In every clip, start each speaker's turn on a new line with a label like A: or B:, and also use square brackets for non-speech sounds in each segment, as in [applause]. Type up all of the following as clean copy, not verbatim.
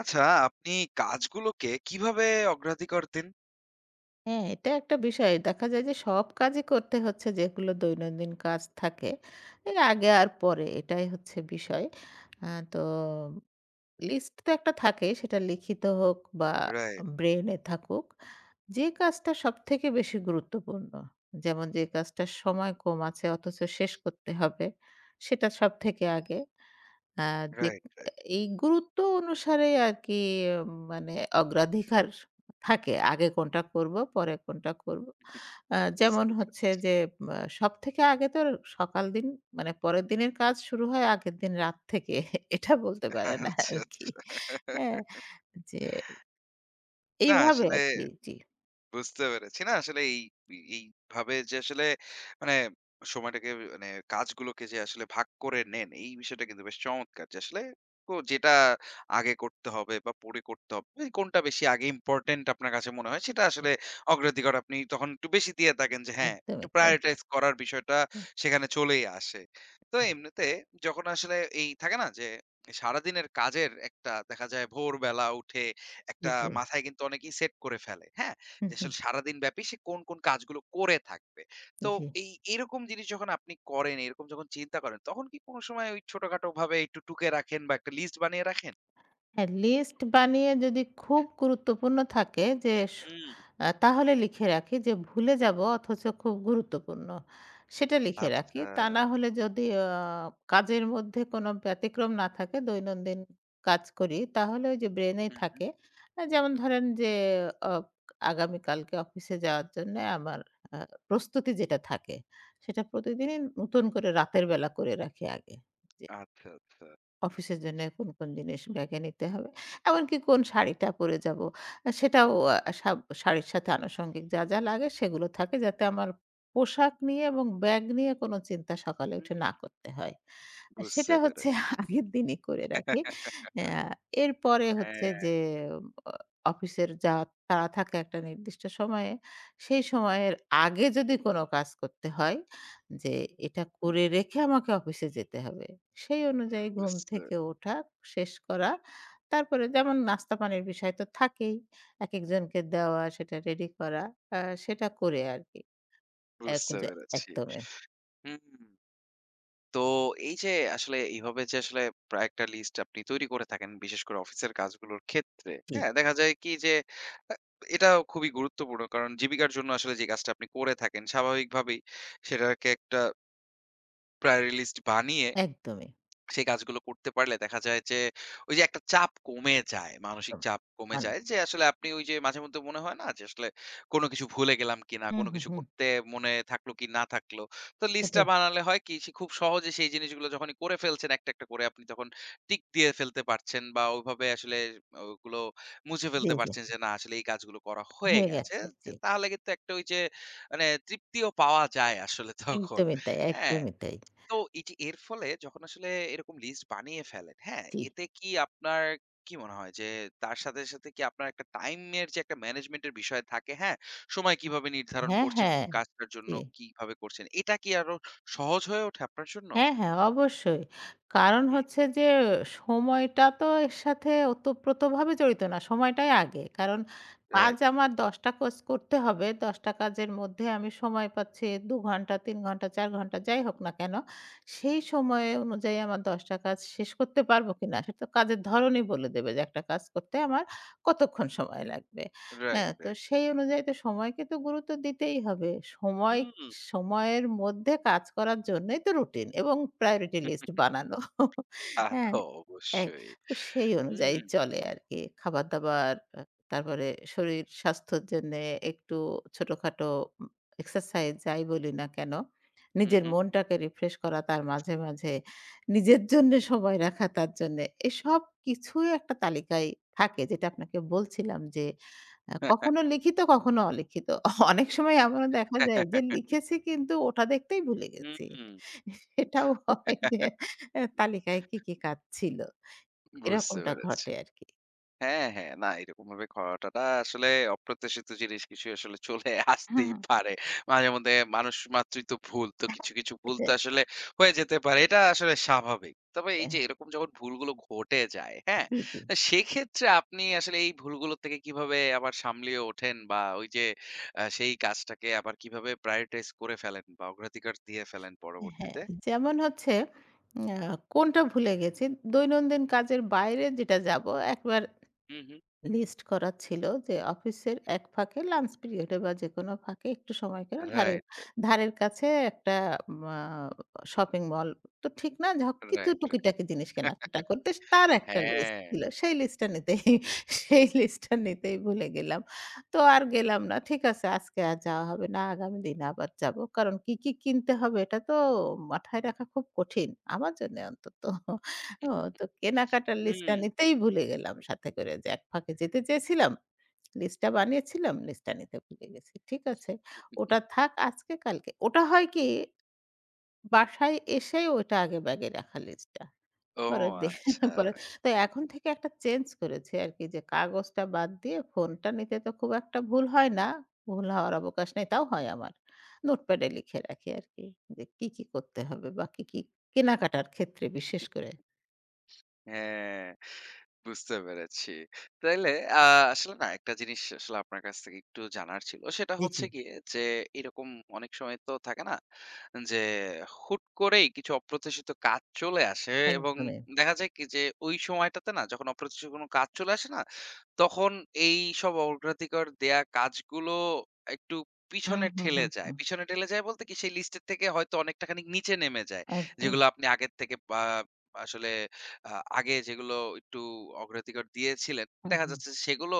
A: আচ্ছা, আপনি কাজগুলোকে কিভাবে অগ্রাধিকার দেন?
B: হ্যাঁ, এটা একটা বিষয়। দেখা যায় যে সব কাজই করতে হচ্ছে যেগুলো দৈনন্দিন কাজ থাকে। এর আগে আর পরে এটাই হচ্ছে বিষয়। আ তো লিস্ট তো একটা থাকে সেটা লিখিত হোক বা
A: রাইট,
B: ব্রেইনে থাকুক। যে কাজটা সবথেকে বেশি গুরুত্বপূর্ণ, যেমন যে কাজটার সময় কম আছে অথচ শেষ করতে হবে সেটা সবথেকে আগে। আ যে
A: রাইট, রাইট।
B: এই গুরুত্ব অনুসারে আরকি মানে অগ্রাধিকার থাকে। আগে কোনটা করব, পরে কোনটা করব। যেমন
A: বুঝতে পেরে।
B: হচ্ছে যে সবথেকে আগে তো সকাল দিন মানে পরের দিনের কাজ শুরু হয় আগের দিন রাত থেকে। এটা বলতে পারেন
A: আচ্ছা,
B: আরকি।
A: আচ্ছা।
B: হ্যাঁ? যে
A: না
B: এইভাবে
A: আসলে
B: আরকি। জি।
A: বুঝতে পেরেছি। না আসলে এই এইভাবে যে আসলে মানে সময়টাকে মানে কাজগুলোকে যে আসলে ভাগ করে নেন, এই বিষয়টা কিন্তু বেশ চমৎকার। যে আসলে যেটা আগে করতে হবে বা পরে করতে হবে, এই কোনটা বেশি আগে ইম্পোর্টেন্ট আপনার কাছে মনে হয় সেটা আসলে অগ্রাধিকার আপনি তখন একটু বেশি দিয়ে থাকেন যে হ্যাঁ, একটু
B: একদমই তাই।
A: প্রায়োরিটাইজ করার বিষয়টা
B: হুম,
A: সেখানে চলেই আসে। তো এমনিতে যখন আসলে এই থাকে না যে সারাদিনের কাজের একটা দেখা যায় ভোরবেলা উঠে
B: জি,
A: একটা
B: জি।
A: মাথায় কিন্তু অনেকেই সেট করে ফেলে। হ্যাঁ?
B: হুম,
A: যে
B: হুম।
A: আসলে সারাদিন ব্যাপী সে কোন, কোন কাজগুলো করে থাকবে। তো
B: জি।
A: এই এরকম জিনিস যখন আপনি করেন, এরকম যখন চিন্তা করেন, তখন কি কোনো সময় ওই ছোটখাটো ভাবে একটু টুকে রাখেন বা একটা লিস্ট বানিয়ে রাখেন?
B: হ্যাঁ, লিস্ট বানিয়ে যদি খুব গুরুত্বপূর্ণ থাকে যে স
A: হুম।
B: আ তাহলে লিখে রাখি যে ভুলে যাবো অথচ খুব গুরুত্বপূর্ণ। সেটা লিখে রাখি।
A: আচ্ছা।
B: তা না হলে যদি কাজের মধ্যে কোনো ব্যতিক্রম না থাকে দৈনন্দিন কাজ করি তাহলে ওই যে ব্রেনেই
A: হুম, হুম।
B: থাকে। যেমন ধরেন যে অ আগামীকালকে অফিসে যাওয়ার জন্যে আমার আ প্রস্তুতি যেটা থাকে সেটা প্রতিদিনই নতুন করে রাতের বেলা করে রাখি আগে। জি।
A: আচ্ছা, আচ্ছা।
B: অফিসের জন্য কোন, কোন জিনিস ব্যাগে নিতে হবে। এমনকি কোন শাড়িটা পরে যাব। সেটাও আ সাব শাড়ির সাথে আনুষঙ্গিক যা, যা লাগে সেগুলো থাকে যাতে আমার পোশাক নিয়ে এবং ব্যাগ নিয়ে কোন চিন্তা সকালে
A: হুম,
B: উঠে না করতে হয়।
A: বুঝতে
B: সেটা হচ্ছে
A: পেরেছি।
B: [laughs] আগের দিনই করে রাখি।
A: [laughs]
B: আ এরপরে হচ্ছে
A: হ্যাঁ,
B: যে অ অফিসের যা তাড়া থাকে একটা নির্দিষ্ট সময়ে, সেই সময়ের আগে যদি কোন কাজ করতে হয় যে এটা
A: হুম,
B: করে রেখে আমাকে অফিসে যেতে হবে। সেই অনুযায়ী ঘুম
A: বুঝতে
B: থেকে ওঠা, শেষ করা। তারপরে যেমন নাস্তা পানির বিষয় তো থাকেই। একেকজনকে দেওয়া, সেটা রেডি করা। আ সেটা করে আরকি। এক
A: বুঝতে
B: যে
A: পেরেছি।
B: একদমই।
A: হুম। তো এই যে আসলে এইভাবে যে আসলে প্রায় একটা লিস্ট আপনি তৈরি করে থাকেন, বিশেষ করে অফিসের কাজগুলোর ক্ষেত্রে,
B: জি,
A: হ্যাঁ? দেখা যায় কি যে আ এটা খুবই গুরুত্বপূর্ণ। কারণ জীবিকার জন্য আসলে যে কাজটা আপনি করে থাকেন স্বাভাবিকভাবেই সেটাকে একটা প্রায়োরি লিস্ট বানিয়ে
B: একদমই,
A: সেই কাজগুলো করতে পারলে দেখা যায় যে, ওই যে একটা চাপ কমে যায়, মানসিক
B: একদম।
A: চাপ কমে
B: মানে
A: যায় যে আসলে আপনি ওই যে মাঝেমধ্যে মনে হয় না যে আসলে কোন কিছু ভুলে গেলাম কিনা,
B: হুম,
A: কোন
B: হুম,
A: কিছু
B: হুম।
A: করতে মনে থাকলো কি না থাকলো। তো লিস্টটা
B: ওটাই।
A: বানালে হয় কি সে খুব সহজে সেই জিনিসগুলো যখনই করে ফেলছেন একটা, একটা করে আপনি তখন টিক দিয়ে ফেলতে পারছেন বা ওইভাবে আসলে ওগুলো মুছে
B: জি,
A: ফেলতে
B: জি।
A: পারছেন যে না আসলে এই কাজগুলো করা হয়ে
B: হয়ে
A: গেছে।
B: গেছে।
A: যে
B: জি।
A: তাহলে কিন্তু একটা ওই যে মানে তৃপ্তিও পাওয়া যায় আসলে তখন।
B: একদমই তাই,
A: হ্যাঁ?
B: একদমই তাই।
A: তো এটি এর ফলে যখন আসলে এরকম লিস্ট বানিয়ে ফেলেন, হ্যাঁ?
B: জি।
A: এতে কি আপনার কি মনে হয় যে তার সাথে, সাথে কি আপনার একটা টাইম এর যে একটা ম্যানেজমেন্ট এর বিষয় থাকে, হ্যাঁ? সময় কিভাবে নির্ধারণ
B: হ্যাঁ,
A: করছেন,
B: হ্যাঁ।
A: কোন কাজটার জন্য
B: জি।
A: কিভাবে করছেন। এটা কি আরো সহজ হয়ে ওঠে আপনার জন্য?
B: হ্যাঁ, হ্যাঁ, অবশ্যই। কারণ
A: হুম,
B: হচ্ছে যে সময়টা তো এর সাথে ওতপ্রোতভাবে জড়িত না। সময়টাই আগে। কারণ কাজ
A: রাইট,
B: আমার ১০ টা কাজ করতে হবে। ১০ টা কাজের মধ্যে আমি সময় পাচ্ছি ২ ঘন্টা, ৩ ঘন্টা, ৪ ঘন্টা যাই হোক না কেন, সেই সময় অনুযায়ী আমার ১০ টা কাজ শেষ করতে পারব কিনা সেটা তো কাজের ধরনই বলে দেবে যে একটা কাজ করতে আমার কতক্ষণ সময় লাগবে।
A: রাইট,
B: হ্যাঁ, তো
A: রাইট।
B: সেই অনুযায়ী তো সময়কে তো গুরুত্ব দিতেই হবে। সময়
A: হুম,
B: সময়ের মধ্যে কাজ করার জন্যই তো রুটিন এবং প্রায়োরিটি লিস্ট বানানো।
A: তা
B: হ্যাঁ,
A: তো
B: এই
A: অবশ্যই।
B: তো সেই অনুযায়ী
A: হুম,
B: চলে আরকি। খাবার-দাবার তারপরে শরীর স্বাস্থ্যর জন্যে একটু ছোটখাটো উম এক্সারসাইজ যাই বলি না কেন,
A: হুম,
B: নিজের
A: হুম।
B: মনটাকে রিফ্রেশ করা তার মাঝে, মাঝে নিজের জন্যে সময় রাখা তার জন্যে এসব কিছুই একটা তালিকায় থাকে যেটা আপনাকে বলছিলাম যে কখনো লিখিত, কখনো অলিখিত। অনেক সময় এমনও
A: হুম।
B: দেখা যায় যে
A: [laughs]
B: লিখেছি কিন্তু ওটা দেখতেই ভুলে গেছি। এটাও হয় যে এ তালিকায় কি, কি কাজ ছিল।
A: বুঝতে
B: এরকমটা
A: পেরেছি।
B: ঘটে আরকি।
A: হ্যাঁ, হ্যাঁ। না এরকমভাবে ঘটাটা আসলে অপ্রত্যাশিত জিনিস কিছু আসলে চলে [laughs]
B: হুম।
A: আসতেই পারে। মাঝেমধ্যে মানুষ মাত্রই তো ভুল। তো কিছু, কিছু ভুল তো
B: এটাই
A: আসলে হয়ে যেতে পারে। এটা আসলে স্বাভাবিক। তবে এই
B: অ্যা
A: যে এরকম যখন ভুলগুলো ঘটে যায়, হ্যাঁ?
B: জি, জি।
A: তো সেক্ষেত্রে আপনি আসলে এই ভুলগুলো থেকে কিভাবে আবার সামলিয়ে ওঠেন বা ওই যে সেই কাজটাকে আবার কিভাবে prioritize করে ফেলেন বা অগ্রাধিকার দিয়ে ফেলেন
B: হ্যাঁ,
A: পরবর্তীতে?
B: যেমন হচ্ছে আ কোনটা ভুলে গেছি দৈনন্দিন কাজের বাইরে যেটা যাব একবার
A: হুম, হুম।
B: লিস্ট করা ছিল যে অফিসের এক ফাঁকে লাঞ্চ পিরিয়ডে বা যেকোনো ফাঁকে একটু সময় করে ধারে
A: রাইট,
B: ধারের কাছে একটা শপিং মল তো ঠিক না যা হোক
A: রাইট,
B: কিছু
A: রাইট,
B: টুকিটাকি জিনিস
A: [laughs] রাইট।
B: কেনাকাটা করতে তার একটা লিস্ট
A: হ্যাঁ।
B: ছিল সেই লিস্টটা নিতেই ভুলে গেলাম তো আর গেলাম না ঠিক আছে আজকে আর যাওয়া হবে না আগামী দিন আবার যাব কারণ কি কি কিনতে হবে এটা তো মাথায় রাখা খুব কঠিন আমার জন্য অন্তত ও তো কেনাকাটার
A: হুম।
B: লিস্টটা নিতেই ভুলে গেলাম সাথে করে যে এক ফাঁকে যেতে চেয়েছিলাম, লিস্টটা বানিয়েছিলাম, লিস্টটা নিতে ভুলে গেছি। ঠিক আছে। ওটা থাক আজকে কালকে। ওটা হয় কি বাসায় এসেই ওটা আগে ব্যাগে রাখা লিস্টটা।
A: ও
B: পরের দিন
A: আচ্ছা।
B: [laughs] পরে তো এখন থেকে একটা চেঞ্জ করেছি আরকি যে কাগজটা বাদ দিয়ে ফোনটা নিতে তো খুব একটা ভুল হয় না। ভুল হওয়ার অবকাশ নেই তাও হয় আমার। নোটপ্যাডে লিখে রাখি আরকি যে কি, কি করতে হবে বা কি, কি কেনাকাটার ক্ষেত্রে বিশেষ করে।
A: হ্যাঁ, বুঝতে পেরেছি। তাইলে আ আসলে না একটা জিনিস আসলে আপনার কাছ থেকে একটু জানার ছিল। সেটা
B: জি, জি।
A: হচ্ছে গিয়ে যে এরকম অনেক সময় তো থাকে না? যে হুট করেই কিছু অপ্রত্যাশিত কাজ চলে আসে এবং
B: একদমই।
A: দেখা যায় কি যে ওই সময়টাতে না যখন অপ্রত্যাশিত কোনো কাজ চলে আসে না, তখন এইসব অগ্রাধিকার দেয়া কাজগুলো একটু
B: হুম,
A: পিছনে
B: হুম,
A: ঠেলে
B: হুম,
A: যায়।
B: হুম।
A: পিছনে ঠেলে যায় বলতে কি সেই লিস্টের থেকে হয়তো অনেকটা খানিক নিচে নেমে যায়।
B: একদম।
A: যেগুলো আপনি আগের থেকে বা আসলে আ আগে যেগুলো একটু অগ্রাধিকার দিয়েছিলেন,
B: হুম,
A: দেখা
B: হুম।
A: যাচ্ছে যে সেগুলো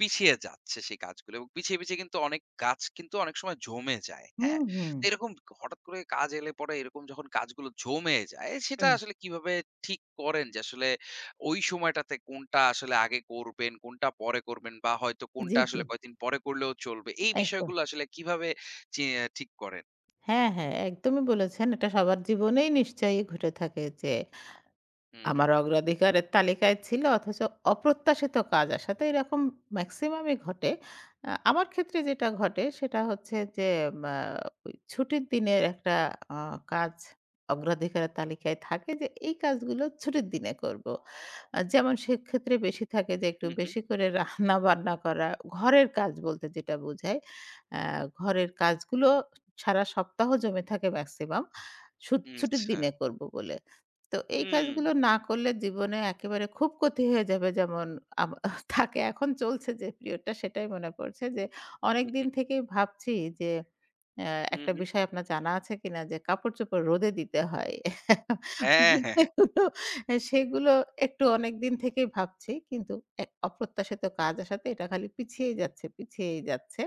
A: পিছিয়ে যাচ্ছে সেই কাজগুলো এবং পিছিয়ে, পিছিয়ে কিন্তু অনেক গাছ কিন্তু অনেক সময় জমে যায়।
B: হুম,
A: হ্যাঁ?
B: হুম।
A: তো এরকম হঠাৎ করে কাজ এলে পরে এরকম যখন কাজগুলো জমে যায় সেটা
B: হুম।
A: আসলে কিভাবে ঠিক করেন যে আসলে ওই সময়টাতে কোনটা আসলে আগে করবেন, কোনটা পরে করবেন বা হয়তো কোনটা
B: জি, জি।
A: আসলে কয়েকদিন পরে করলেও চলবে। এই
B: একদম।
A: বিষয়গুলো আসলে কিভাবে চি আ ঠিক করেন?
B: হ্যাঁ, হ্যাঁ, একদমই বলেছেন। এটা সবার জীবনেই নিশ্চয়ই ঘটে থাকে যে,
A: হু, হু,
B: আমার অগ্রাধিকারের তালিকায় ছিল অথচ অপ্রত্যাশিত কাজ আসাতে এরকম ম্যাক্সিমামই ঘটে। আমার ক্ষেত্রে যেটা ঘটে সেটা হচ্ছে যে মা ওই ছুটির দিনের একটা আ কাজ অগ্রাধিকারের তালিকায় থাকে যে এই কাজগুলো ছুটির দিনে করব। যেমন সেক্ষেত্রে বেশি থাকে যে
A: হু,
B: একটু
A: হু।
B: বেশি করে রান্না-বান্না করা, ঘরের কাজ বলতে যেটা বোঝায়। আ ঘরের কাজগুলো সারা সপ্তাহ জমে থাকে ম্যাক্সিমাম। ছুটির
A: আচ্ছা।
B: দিনে করব বলে। তো এই
A: হুম।
B: কাজগুলো না করলে জীবনে একেবারে খুব ক্ষতি হয়ে যাবে যেমন আম [laughs] থাকে এখন চলছে যে পিরিয়ডটা সেটাই মনে পড়ছে যে অনেকদিন থেকেই ভাবছি যে অ্যা
A: হু,
B: একটা
A: হু।
B: বিষয় আপনার জানা আছে কিনা যে কাপড়-চোপড় রোদে দিতে হয়।
A: হ্যাঁ, হ্যাঁ, হ্যাঁ।
B: যেগুলো সেগুলো একটু অনেকদিন থেকেই ভাবছি কিন্তু এক অপ্রত্যাশিত কাজ আসাতে এটা খালি পিছিয়েই যাচ্ছে, পিছিয়েই যাচ্ছে।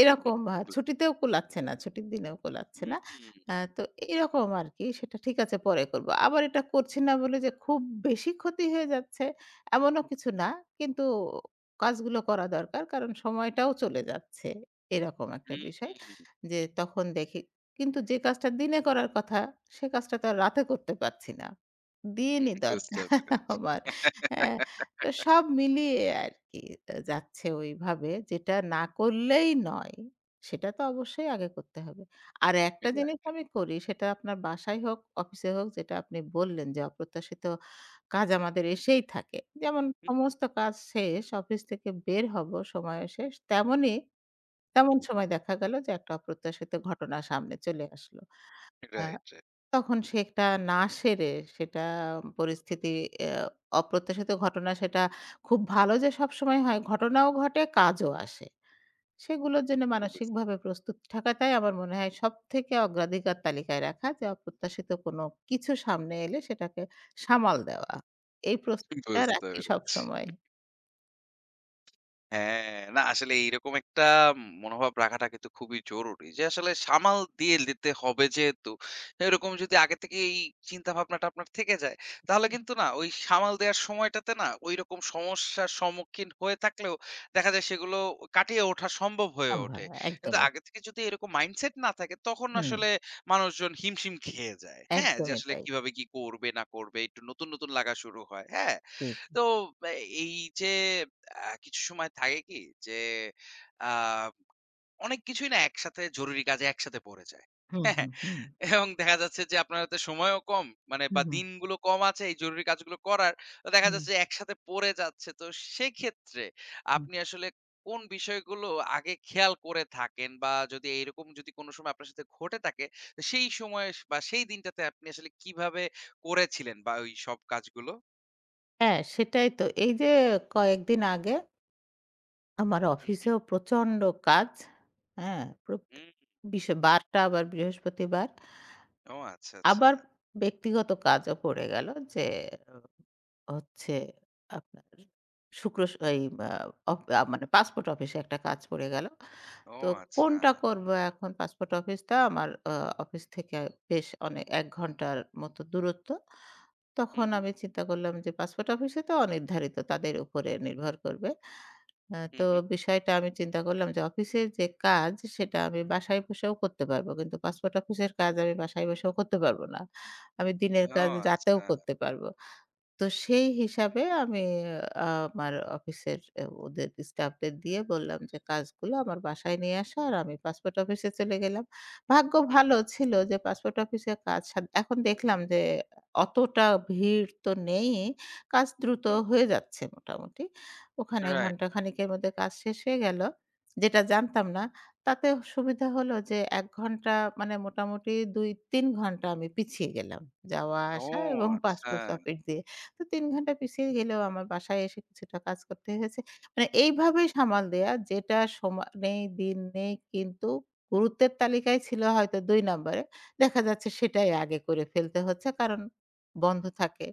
B: এরকম
A: বুঝ।
B: ছুটিতেও কোলাচ্ছে না, ছুটির দিনেও কোলাচ্ছে না।
A: হুম,
B: তো এরকম আরকি সেটা ঠিক আছে পরে করব। আবার এটা করছি না বলে যে খুব বেশি ক্ষতি হয়ে যাচ্ছে এমনও কিছু না। কিন্তু কাজগুলো করা দরকার। কারণ সময়টাও চলে যাচ্ছে। এরকম একটা
A: হুম,
B: বিষয়। যে তখন দেখি কিন্তু যে কাজটা দিনে করার কথা সে কাজটা তো আর রাতে করতে পারছি না।
A: হুম,
B: দিনই দরকার
A: বুঝতে পেরে।
B: [laughs] আমার। অ্যা
A: [laughs]
B: তো সব মিলিয়ে আরকি যাচ্ছে ওইভাবে যেটা না করলেই নয়, সেটা তো অবশ্যই আগে করতে হবে। আর একটা জিনিস
A: রাইট,
B: আমি করি সেটা আপনার বাসায় হোক, অফিসে হোক যেটা আপনি বললেন যে অপ্রত্যাশিত কাজ আমাদের এসেই থাকে। যেমন সমস্ত কাজ শেষ, অফিস থেকে বের হব, সময় শেষ। তেমন সময় দেখা গেল যে একটা অপ্রত্যাশিত ঘটনা সামনে চলে আসলো। আ
A: রাইট, রাইট।
B: তখন সেটা না সেরে সেটা পরিস্থিতি অ্যা অপ্রত্যাশিত ঘটনা সেটা খুব ভালো যে সবসময় হয়, ঘটনাও ঘটে, কাজও আসে। সেগুলোর জন্য
A: বুঝ।
B: মানসিকভাবে প্রস্তুত থাকাটাই আমার মনে হয় সবথেকে অগ্রাধিকার তালিকায় রাখা যে অপ্রত্যাশিত কোনো কিছু সামনে এলে সেটাকে সামাল দেওয়া। এই
A: [laughs]
B: প্রস্তুতিটা
A: বুঝতে
B: রাখি
A: পেরেছি।
B: সবসময়।
A: হ্যাঁ, না আসলে এইরকম একটা মনোভাব রাখাটা কিন্তু খুবই জরুরি। যে আসলে সামাল দিয়ে দিতে হবে যেহেতু, এরকম যদি আগে থেকে এই চিন্তা ভাবনাটা আপনার থেকে যায়, তাহলে কিন্তু না ওই সামাল দেওয়ার সময়টাতে না ঐরকম সমস্যার সম্মুখীন হয়ে থাকলেও দেখা যায় সেগুলো কাটিয়ে ওঠা সম্ভব হয়ে
B: আভা
A: ওঠে। কিন্তু
B: একদমই।
A: আগে থেকে যদি এরকম মাইন্ডসেট না থাকে তখন
B: হুম,
A: আসলে মানুষজন হিমশিম খেয়ে যায়। হ্যাঁ? যে
B: একদমই
A: আসলে
B: তাই।
A: কিভাবে কি করবে না করবে একটু নতুন, নতুন লাগা শুরু হয়। হ্যাঁ?
B: জি, জি।
A: তো এ এই যে কিছু সময় থাকে কি যে আ অনেক কিছুই না একসাথে জরুরি কাজে একসাথে পড়ে যায়।
B: হুম,
A: হ্যাঁ? হ্যাঁ।
B: হুম, হুম।
A: এবং দেখা যাচ্ছে যে আপনার হাতে সময়ও কম মানে
B: হুম,
A: বা
B: হুম,
A: দিনগুলো কম আছে এই জরুরি কাজগুলো করার। তো দেখা
B: হুম,
A: যাচ্ছে যে একসাথে পড়ে যাচ্ছে। তো সেক্ষেত্রে
B: হুম।
A: আপনি আসলে কোন বিষয়গুলো আগে খেয়াল করে থাকেন বা যদি এইরকম যদি কোনো সময় আপনার সাথে ঘটে থাকে, তো সেই সময়ে বা সেই দিনটাতে আপনি আসলে কিভাবে করেছিলেন বা ওই সব কাজগুলো?
B: হ্যাঁ, সেটাই তো। এই যে কয়েকদিন আগে আমার
A: হু, হু।
B: অফিসেও প্রচণ্ড কাজ। হ্যাঁ?
A: হু।
B: বিশ বারটা আবার বৃহস্পতিবার।
A: ও আচ্ছা, আচ্ছা।
B: আবার ব্যক্তিগত কাজও পড়ে গেল যে হচ্ছে আপনার শুক্র স এই আ অফ আ মানে পাসপোর্ট অফিসে একটা কাজ পড়ে গেল।
A: ও
B: তো
A: আচ্ছা।
B: কোনটা করব এখন? পাসপোর্ট অফিসটা আমার অফিস থেকে বেশ অনেক ১ ঘন্টার মতো দূরত্ব।
A: হুম,
B: তখন
A: হুম,
B: আমি চিন্তা করলাম যে পাসপোর্ট অফিসে তো অনির্ধারিত। তাদের উপরে নির্ভর করবে। হ্যাঁ,
A: হুম,
B: তো
A: হুম।
B: বিষয়টা আমি চিন্তা করলাম যে অফিসের যে কাজ সেটা আমি বাসায় বসেও করতে পারবো। কিন্তু পাসপোর্ট অফিসের কাজ আমি বাসায় বসেও করতে পারবো না। আমি দিনের
A: ও
B: কাজ রাতেও
A: আচ্ছা।
B: করতে পারবো। তো সেই হিসাবে
A: হুম,
B: আমি আ আমার অফিসের ওদের স্টাফদের দিয়ে বললাম যে, "কাজগুলো আমার বাসায় নিয়ে আসা।" আর আমি পাসপোর্ট অফিসে চলে গেলাম। ভাগ্য
A: হুম,
B: ভালো
A: হুম,
B: ছিল যে পাসপোর্ট অফিসে কাজ এখন দেখলাম যে অতটা ভিড় তো নেই। কাজ দ্রুত
A: হুম, হুম।
B: হয়ে যাচ্ছে মোটামুটি। ওখানে
A: রাইট।
B: ঘন্টা খানেকের মধ্যে কাজ শেষ হয়ে গেল। যেটা জানতাম না। তাতে সুবিধা হলো যে ১ ঘন্টা মানে মোটামুটি ২-৩ ঘন্টা আমি পিছিয়ে গেলাম। যাওয়া
A: ও
B: আসা এবং
A: আচ্ছা।
B: পাসপোর্ট অফিস দিয়ে তো ৩ ঘন্টা পিছিয়ে গেলেও আমার বাসায় এসে কিছুটা কাজ করতে হয়েছে। মানে এইভাবেই সামাল দেয়া যেটা সময় নেই, দিন নেই কিন্তু গুরুত্বের তালিকায় ছিল হয়তো ২ নম্বরে। দেখা যাচ্ছে সেটাই আগে করে ফেলতে হচ্ছে কারণ বন্ধ থাকে।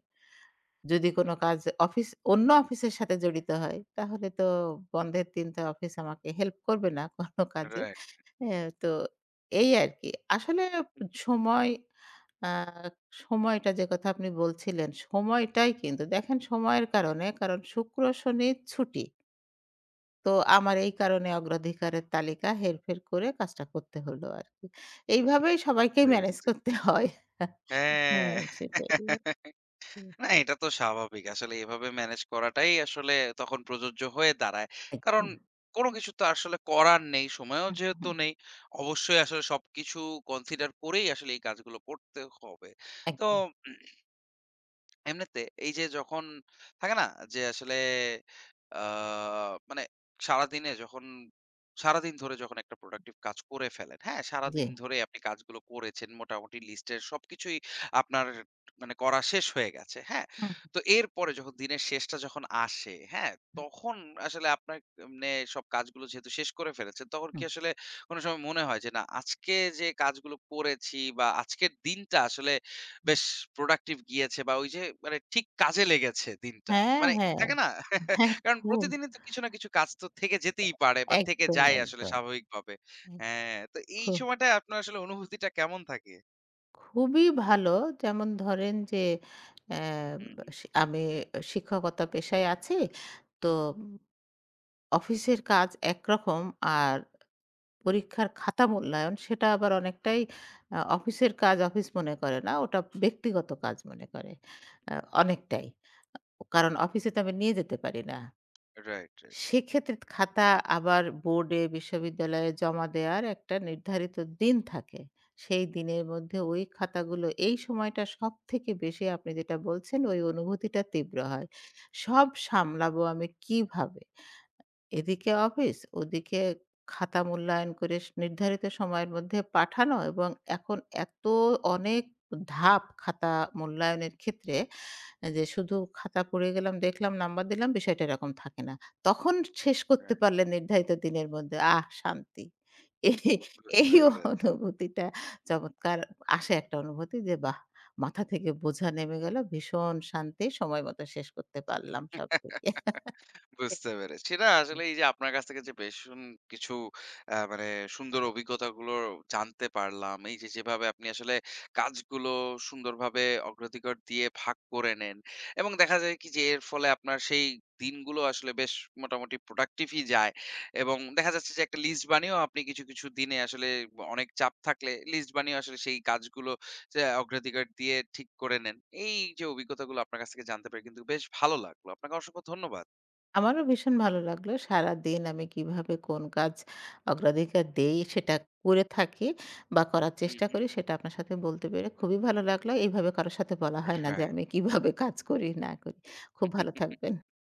B: যদি কোনো
A: হুম।
B: কাজ অফিস অন্য অফিসের সাথে জড়িত হয় তাহলে তো বন্ধের দিন তো অফিস আমাকে হেল্প করবে না কোনো কাজে।
A: রাইট।
B: তো এই আরকি। আসলে সময় আ সময়টা যে কথা আপনি বলছিলেন, সময়টাই কিন্তু দেখেন সময়ের কারণে কারণ শুক্র, শনি ছুটি। তো আমার এই কারণে অগ্রাধিকারের তালিকা হেরফের করে কাজটা করতে হলো আরকি। এইভাবেই
A: বুঝতে
B: সবাইকেই ম্যানেজ
A: পারছি।
B: করতে হয়। হ্যাঁ,
A: হ্যাঁ।
B: সেটাই। হুম,
A: না এটা তো স্বাভাবিক। আসলে এভাবে ম্যানেজ করাটাই আসলে তখন প্রযোজ্য হয়ে দাঁড়ায়। কারণ
B: একদম।
A: কোন কিছু তো আসলে করার নেই, সময়ও
B: হুম,
A: যেহেতু
B: হুম।
A: নেই, অবশ্যই আসলে সবকিছু কনসিডার করেই আসলে এই কাজগুলো করতে হবে। তো
B: একদম।
A: এমনিতে এই যে যখন থাকে না যে আসলে আহ, মানে সারাদিনে যখন সারাদিন ধরে যখন একটা প্রোডাক্টিভ কাজ করে ফেলেন, হ্যাঁ,
B: জি।
A: সারাদিন ধরে আপনি কাজগুলো করেছেন মোটামুটি লিস্টের সবকিছুই আপনার মানে করা শেষ হয়ে গেছে, হ্যাঁ,
B: হুম,
A: তো এরপরে যখন দিনের শেষটা যখন আসে, হ্যাঁ,
B: হুম,
A: তখন আসলে আপনার মানে সব কাজগুলো যেহেতু শেষ করে ফেলেছেন তখন কি
B: হুম,
A: আসলে কোনো সময় মনে হয় যে না আজকে যে কাজগুলো করেছি বা আজকের দিনটা আসলে
B: হুম।
A: বেশ প্রোডাক্টিভ গিয়েছে বা ওই যে মানে ঠিক কাজে লেগেছে দিনটা।
B: হ্যাঁ,
A: মানে
B: হ্যাঁ।
A: থাকে না?
B: হ্যাঁ,
A: [laughs] কারণ
B: খুব।
A: প্রতিদিনই তো কিছু না কিছু কাজ তো থেকে যেতেই পারে বা থেকে
B: একদম,
A: যায় আসলে
B: একদম।
A: স্বাভাবিকভাবে।
B: এক
A: হ্যাঁ, তো এই
B: খু
A: সময়টায় আপনার আসলে অনুভূতিটা কেমন থাকে?
B: খুবই ভালো। যেমন ধরেন যে অ্যা
A: হুম, হুম,
B: সি আমি শিক্ষকতা পেশায় আছি। তো অফিসের কাজ
A: হুম।
B: একরকম আর পরীক্ষার খাতা মূল্যায়ন সেটা আবার অনেকটাই অফিসের কাজ অফিস মনে করে না। ওটা ব্যক্তিগত কাজ মনে করে। আ অনেকটাই। কারণ অফিসে তো আমি নিয়ে যেতে পারি না।
A: রাইট, রাইট,
B: সেক্ষেত্রে খাতা আবার বোর্ডে, বিশ্ববিদ্যালয়ে জমা দেওয়ার একটা নির্ধারিত দিন থাকে। সেই দিনের মধ্যে ওই খাতাগুলো এই সময়টা সবথেকে বেশি আপনি যেটা বলছেন ওই অনুভূতিটা তীব্র হয়। সব সামলাবো আমি কিভাবে? এদিকে অফিস, ওদিকে খাতা মূল্যায়ন করে নির্ধারিত সময়ের মধ্যে পাঠানো এবং এখন এত অনেক ধাপ খাতা মূল্যায়নের ক্ষেত্রে যে শুধু খাতা পড়ে গেলাম, দেখলাম, নাম্বার দিলাম, বিষয়টা এরকম থাকে না। তখন শেষ করতে
A: রাইট।
B: পারলে নির্ধারিত দিনের মধ্যে, আহ! শান্তি। এই এই
A: বুঝতে পেরেছি।
B: অনুভূতিটা চমৎকার আসে একটা অনুভূতি যে, বাহ! মাথা থেকে বোঝা নেমে গেল। ভীষণ শান্তি, সময় মতো শেষ করতে পারলাম সবদিকে।
A: বুঝতে পেরেছি। না আসলে এই যে আপনার কাছ থেকে যে ভীষণ কিছু মানে সুন্দর অভিজ্ঞতাগুলো জানতে পারলাম। এই যে যেভাবে আপনি আসলে কাজগুলো সুন্দরভাবে অগ্রাধিকার দিয়ে ভাগ করে নেন। এবং দেখা যায় কি যে এর ফলে আপনার সেই দিনগুলো আসলে বেশ মোটামুটি প্রোডাক্টিভ ই যায়। এবং দেখা যাচ্ছে যে একটা লিস্ট বানিয়েও আপনি কিছু, কিছু দিনে আসলে অনেক চাপ থাকলে লিস্ট বানিয়ে আসলে সেই কাজগুলো যে অগ্রাধিকার দিয়ে ঠিক করে নেন। এই যে অভিজ্ঞতাগুলো আপনার কাছ থেকে জানতে পেরে কিন্তু বেশ ভালো লাগলো। আপনাকে অসংখ্য ধন্যবাদ।
B: আমারও ভীষণ ভালো লাগলো। সারাদিন আমি কিভাবে কোন কাজ অগ্রাধিকার দেই, সেটা করে থাকি বা করার
A: হু,
B: চেষ্টা
A: হু।
B: করি, সেটা আপনার সাথে বলতে পেরে খুবই ভালো লাগলো। এভাবে কারো সাথে বলা হয় না যে
A: রাইট।
B: আমি কিভাবে কাজ করি না করি। খুব ভালো থাকবেন।